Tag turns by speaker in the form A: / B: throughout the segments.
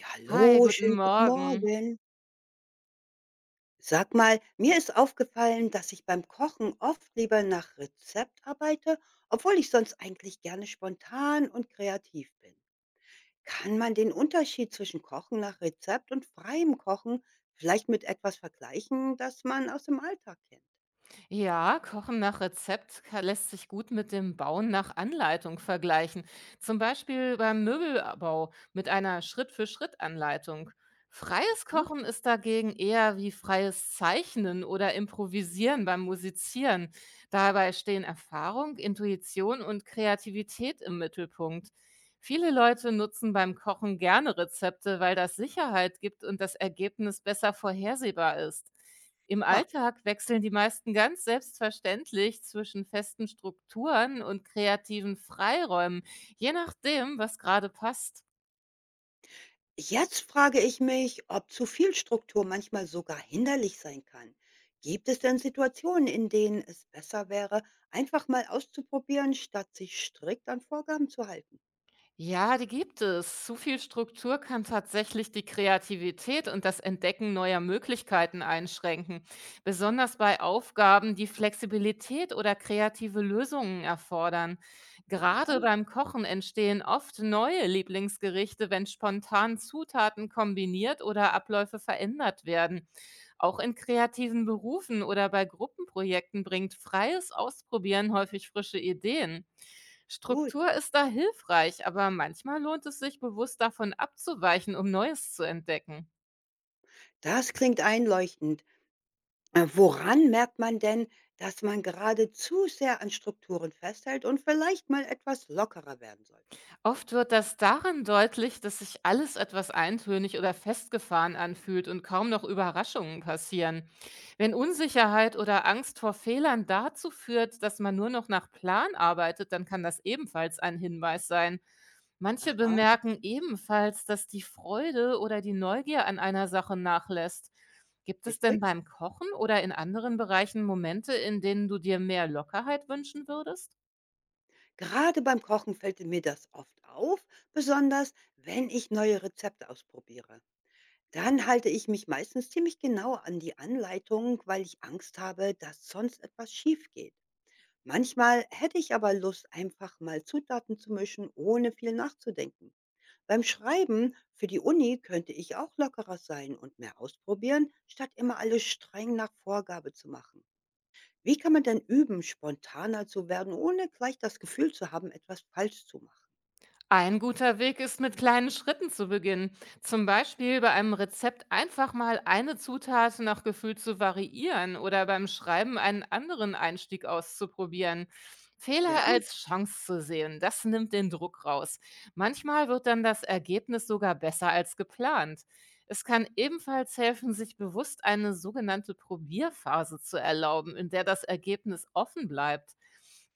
A: Ja,
B: Hi,
A: hallo,
B: guten
A: schönen guten
B: Morgen.
A: Morgen. Sag mal, mir ist aufgefallen, dass ich beim Kochen oft lieber nach Rezept arbeite, obwohl ich sonst eigentlich gerne spontan und kreativ bin. Kann man den Unterschied zwischen Kochen nach Rezept und freiem Kochen vielleicht mit etwas vergleichen, das man aus dem Alltag kennt?
B: Ja, Kochen nach Rezept lässt sich gut mit dem Bauen nach Anleitung vergleichen. Zum Beispiel beim Möbelbau mit einer Schritt-für-Schritt-Anleitung. Freies
A: Ja?
B: Kochen ist dagegen eher wie freies Zeichnen oder Improvisieren beim Musizieren. Dabei stehen Erfahrung, Intuition und Kreativität im Mittelpunkt. Viele Leute nutzen beim Kochen gerne Rezepte, weil das Sicherheit gibt und das Ergebnis besser vorhersehbar ist. Im Alltag wechseln die meisten ganz selbstverständlich zwischen festen Strukturen und kreativen Freiräumen, je nachdem, was gerade passt.
A: Jetzt frage ich mich, ob zu viel Struktur manchmal sogar hinderlich sein kann. Gibt es denn Situationen, in denen es besser wäre, einfach mal auszuprobieren, statt sich strikt an Vorgaben zu halten?
B: Ja, die gibt es. Zu viel Struktur kann tatsächlich die Kreativität und das Entdecken neuer Möglichkeiten einschränken, besonders bei Aufgaben, die Flexibilität oder kreative Lösungen erfordern.
A: Ja,
B: Gerade beim Kochen entstehen oft neue Lieblingsgerichte, wenn spontan Zutaten kombiniert oder Abläufe verändert werden. Auch in kreativen Berufen oder bei Gruppenprojekten bringt freies Ausprobieren häufig frische Ideen.
A: gut.
B: Struktur ist da hilfreich, aber manchmal lohnt es sich bewusst davon abzuweichen, um Neues zu entdecken.
A: Das klingt einleuchtend. Woran merkt man denn, dass man gerade zu sehr an Strukturen festhält und vielleicht mal etwas lockerer werden sollte?
B: Oft wird das daran deutlich, dass sich alles etwas eintönig oder festgefahren anfühlt und kaum noch Überraschungen passieren. Wenn Unsicherheit oder Angst vor Fehlern dazu führt, dass man nur noch nach Plan arbeitet, dann kann das ebenfalls ein Hinweis sein. Manche
A: Aha,
B: bemerken ebenfalls, dass die Freude oder die Neugier an einer Sache nachlässt. Gibt es denn
A: richtig.
B: beim Kochen oder in anderen Bereichen Momente, in denen du dir mehr Lockerheit wünschen würdest?
A: Gerade beim Kochen fällt mir das oft auf, besonders wenn ich neue Rezepte ausprobiere. Dann halte ich mich meistens ziemlich genau an die Anleitung, weil ich Angst habe, dass sonst etwas schief geht. Manchmal hätte ich aber Lust, einfach mal Zutaten zu mischen, ohne viel nachzudenken. Beim Schreiben für die Uni könnte ich auch lockerer sein und mehr ausprobieren, statt immer alles streng nach Vorgabe zu machen. Wie kann man denn üben, spontaner zu werden, ohne gleich das Gefühl zu haben, etwas falsch zu machen?
B: Ein guter Weg ist, mit kleinen Schritten zu beginnen. Zum Beispiel bei einem Rezept einfach mal eine Zutat nach Gefühl zu variieren oder beim Schreiben einen anderen Einstieg auszuprobieren.
A: Ja,
B: Fehler als Chance zu sehen, das nimmt den Druck raus. Manchmal wird dann das Ergebnis sogar besser als geplant. Es kann ebenfalls helfen, sich bewusst eine sogenannte Probierphase zu erlauben, in der das Ergebnis offen bleibt.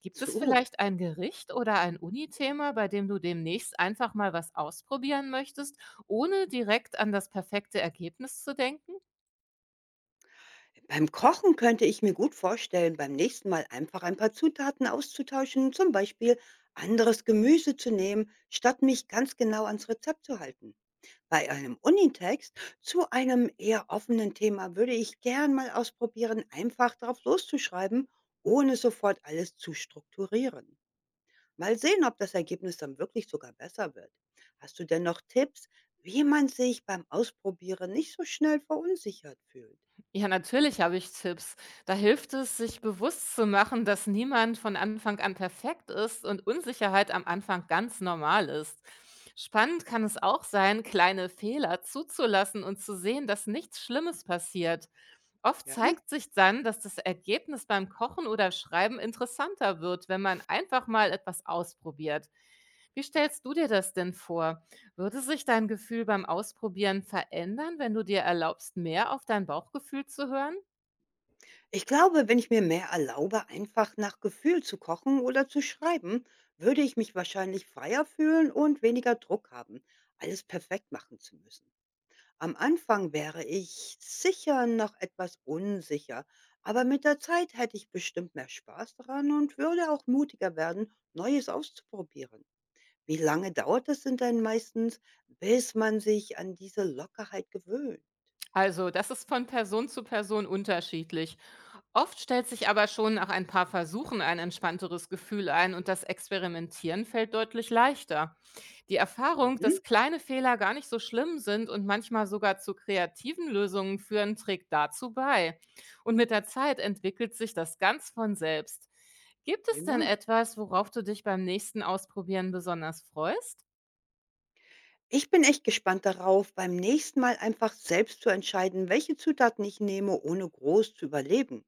B: Gibt es
A: so.
B: vielleicht ein Gericht oder ein Unithema, bei dem du demnächst einfach mal was ausprobieren möchtest, ohne direkt an das perfekte Ergebnis zu denken?
A: Beim Kochen könnte ich mir gut vorstellen, beim nächsten Mal einfach ein paar Zutaten auszutauschen, zum Beispiel anderes Gemüse zu nehmen, statt mich ganz genau ans Rezept zu halten. Bei einem Unitext zu einem eher offenen Thema würde ich gern mal ausprobieren, einfach drauf loszuschreiben, ohne sofort alles zu strukturieren. Mal sehen, ob das Ergebnis dann wirklich sogar besser wird. Hast du denn noch Tipps, wie man sich beim Ausprobieren nicht so schnell verunsichert fühlt?
B: Ja, natürlich habe ich Tipps. Da hilft es, sich bewusst zu machen, dass niemand von Anfang an perfekt ist und Unsicherheit am Anfang ganz normal ist. Spannend kann es auch sein, kleine Fehler zuzulassen und zu sehen, dass nichts Schlimmes passiert. Oft
A: Ja?
B: zeigt sich dann, dass das Ergebnis beim Kochen oder Schreiben interessanter wird, wenn man einfach mal etwas ausprobiert. Wie stellst du dir das denn vor? Würde sich dein Gefühl beim Ausprobieren verändern, wenn du dir erlaubst, mehr auf dein Bauchgefühl zu hören?
A: Ich glaube, wenn ich mir mehr erlaube, einfach nach Gefühl zu kochen oder zu schreiben, würde ich mich wahrscheinlich freier fühlen und weniger Druck haben, alles perfekt machen zu müssen. Am Anfang wäre ich sicher noch etwas unsicher, aber mit der Zeit hätte ich bestimmt mehr Spaß daran und würde auch mutiger werden, Neues auszuprobieren. Wie lange dauert es denn dann meistens, bis man sich an diese Lockerheit gewöhnt?
B: Also, das ist von Person zu Person unterschiedlich. Oft stellt sich aber schon nach ein paar Versuchen ein entspannteres Gefühl ein und das Experimentieren fällt deutlich leichter. Die Erfahrung,
A: Mhm,
B: dass kleine Fehler gar nicht so schlimm sind und manchmal sogar zu kreativen Lösungen führen, trägt dazu bei. Und mit der Zeit entwickelt sich das ganz von selbst. Gibt es denn
A: prima.
B: etwas, worauf du dich beim nächsten Ausprobieren besonders freust?
A: Ich bin echt gespannt darauf, beim nächsten Mal einfach selbst zu entscheiden, welche Zutaten ich nehme, ohne groß zu überleben.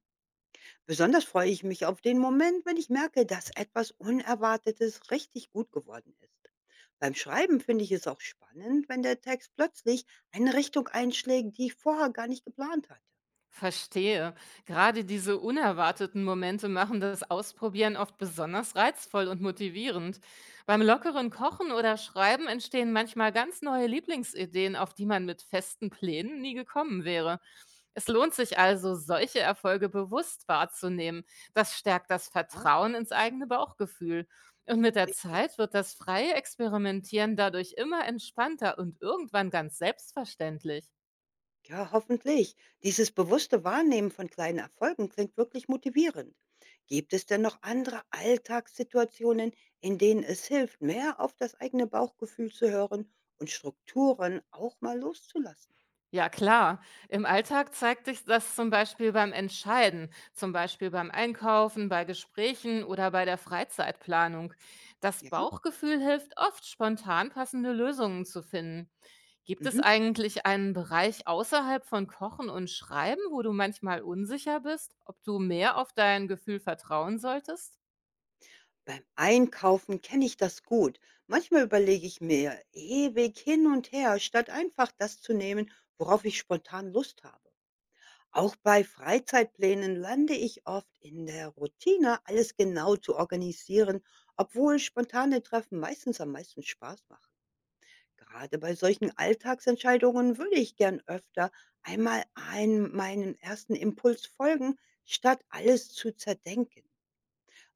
A: Besonders freue ich mich auf den Moment, wenn ich merke, dass etwas Unerwartetes richtig gut geworden ist. Beim Schreiben finde ich es auch spannend, wenn der Text plötzlich eine Richtung einschlägt, die ich vorher gar nicht geplant hatte.
B: Verstehe. Gerade diese unerwarteten Momente machen das Ausprobieren oft besonders reizvoll und motivierend. Beim lockeren Kochen oder Schreiben entstehen manchmal ganz neue Lieblingsideen, auf die man mit festen Plänen nie gekommen wäre. Es lohnt sich also, solche Erfolge bewusst wahrzunehmen. Das stärkt das
A: Ja,
B: Vertrauen ins eigene Bauchgefühl. Und mit der
A: richtig.
B: Zeit wird das freie Experimentieren dadurch immer entspannter und irgendwann ganz selbstverständlich.
A: Ja, hoffentlich. Dieses bewusste Wahrnehmen von kleinen Erfolgen klingt wirklich motivierend. Gibt es denn noch andere Alltagssituationen, in denen es hilft, mehr auf das eigene Bauchgefühl zu hören und Strukturen auch mal loszulassen?
B: Ja klar, im Alltag zeigt sich das zum Beispiel beim Entscheiden, zum Beispiel beim Einkaufen, bei Gesprächen oder bei der Freizeitplanung. Das
A: Ja?
B: Bauchgefühl hilft oft, spontan passende Lösungen zu finden. Gibt es
A: Mhm.
B: eigentlich einen Bereich außerhalb von Kochen und Schreiben, wo du manchmal unsicher bist, ob du mehr auf dein Gefühl vertrauen solltest?
A: Beim Einkaufen kenne ich das gut. Manchmal überlege ich mir ewig hin und her, statt einfach das zu nehmen, worauf ich spontan Lust habe. Auch bei Freizeitplänen lande ich oft in der Routine, alles genau zu organisieren, obwohl spontane Treffen meistens am meisten Spaß machen. Gerade bei solchen Alltagsentscheidungen würde ich gern öfter einmal meinem ersten Impuls folgen, statt alles zu zerdenken.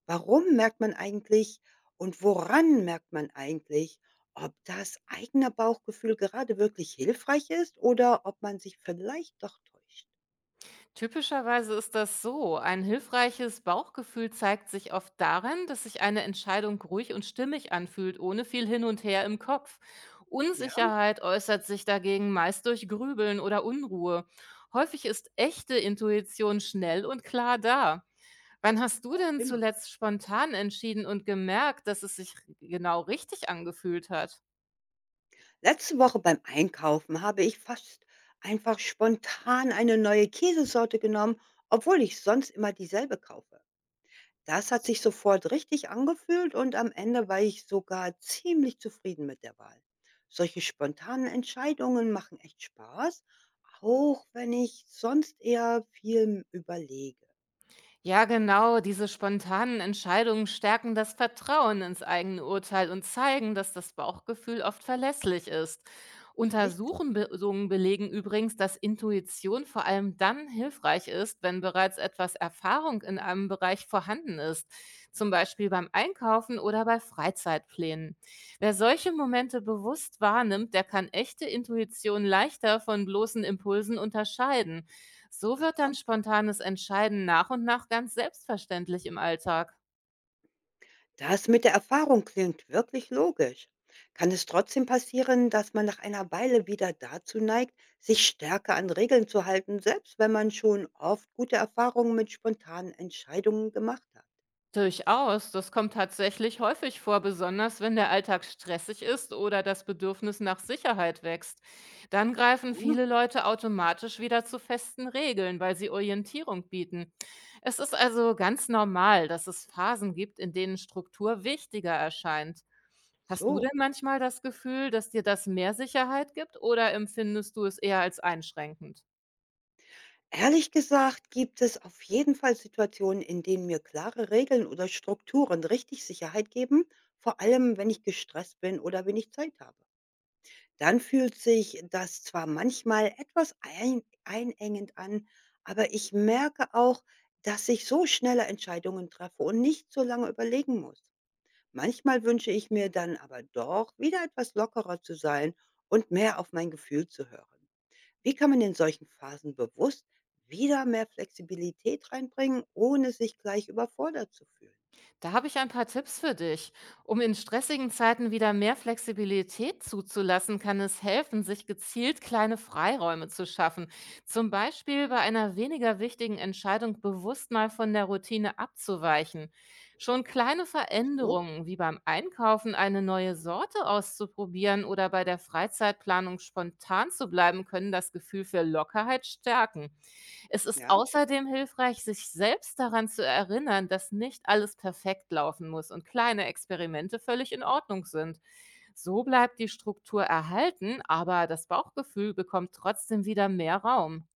A: Warum merkt man eigentlich und woran merkt man eigentlich, ob das eigene Bauchgefühl gerade wirklich hilfreich ist oder ob man sich vielleicht doch täuscht?
B: Typischerweise ist das so. Ein hilfreiches Bauchgefühl zeigt sich oft darin, dass sich eine Entscheidung ruhig und stimmig anfühlt, ohne viel hin und her im Kopf.
A: Ja,
B: Unsicherheit äußert sich dagegen meist durch Grübeln oder Unruhe. Häufig ist echte Intuition schnell und klar da. Wann hast du denn
A: prima.
B: zuletzt spontan entschieden und gemerkt, dass es sich genau richtig angefühlt hat?
A: Letzte Woche beim Einkaufen habe ich fast einfach spontan eine neue Käsesorte genommen, obwohl ich sonst immer dieselbe kaufe. Das hat sich sofort richtig angefühlt und am Ende war ich sogar ziemlich zufrieden mit der Wahl. Solche spontanen Entscheidungen machen echt Spaß, auch wenn ich sonst eher viel überlege.
B: Ja, genau, diese spontanen Entscheidungen stärken das Vertrauen ins eigene Urteil und zeigen, dass das Bauchgefühl oft verlässlich ist.
A: Richtig.
B: Untersuchungen belegen übrigens, dass Intuition vor allem dann hilfreich ist, wenn bereits etwas Erfahrung in einem Bereich vorhanden ist, zum Beispiel beim Einkaufen oder bei Freizeitplänen. Wer solche Momente bewusst wahrnimmt, der kann echte Intuition leichter von bloßen Impulsen unterscheiden. So wird
A: Aha.
B: dann spontanes Entscheiden nach und nach ganz selbstverständlich im Alltag.
A: Das mit der Erfahrung klingt wirklich logisch. Kann es trotzdem passieren, dass man nach einer Weile wieder dazu neigt, sich stärker an Regeln zu halten, selbst wenn man schon oft gute Erfahrungen mit spontanen Entscheidungen gemacht hat?
B: Durchaus, das kommt tatsächlich häufig vor, besonders wenn der Alltag stressig ist oder das Bedürfnis nach Sicherheit wächst. Dann greifen
A: Ah,
B: viele Leute automatisch wieder zu festen Regeln, weil sie Orientierung bieten. Es ist also ganz normal, dass es Phasen gibt, in denen Struktur wichtiger erscheint. Hast du
A: so.
B: denn manchmal das Gefühl, dass dir das mehr Sicherheit gibt oder empfindest du es eher als einschränkend?
A: Ehrlich gesagt gibt es auf jeden Fall Situationen, in denen mir klare Regeln oder Strukturen richtig Sicherheit geben, vor allem wenn ich gestresst bin oder wenig Zeit habe. Dann fühlt sich das zwar manchmal etwas einengend an, aber ich merke auch, dass ich so schneller Entscheidungen treffe und nicht so lange überlegen muss. Manchmal wünsche ich mir dann aber doch, wieder etwas lockerer zu sein und mehr auf mein Gefühl zu hören. Wie kann man in solchen Phasen bewusst wieder mehr Flexibilität reinbringen, ohne sich gleich überfordert zu fühlen?
B: Da habe ich ein paar Tipps für dich. Um in stressigen Zeiten wieder mehr Flexibilität zuzulassen, kann es helfen, sich gezielt kleine Freiräume zu schaffen. Zum Beispiel bei einer weniger wichtigen Entscheidung bewusst mal von der Routine abzuweichen. Schon kleine
A: So,
B: Veränderungen, wie beim Einkaufen eine neue Sorte auszuprobieren oder bei der Freizeitplanung spontan zu bleiben, können das Gefühl für Lockerheit stärken. Es ist
A: ja?
B: außerdem hilfreich, sich selbst daran zu erinnern, dass nicht alles perfekt laufen muss und kleine Experimente völlig in Ordnung sind. So bleibt die Struktur erhalten, aber das Bauchgefühl bekommt trotzdem wieder mehr Raum.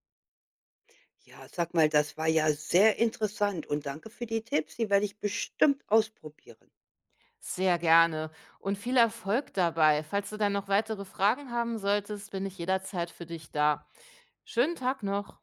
A: Ja, sag mal, das war ja sehr interessant und danke für die Tipps, die werde ich bestimmt ausprobieren.
B: Sehr gerne und viel Erfolg dabei. Falls du dann noch weitere Fragen haben solltest, bin ich jederzeit für dich da. Schönen Tag noch.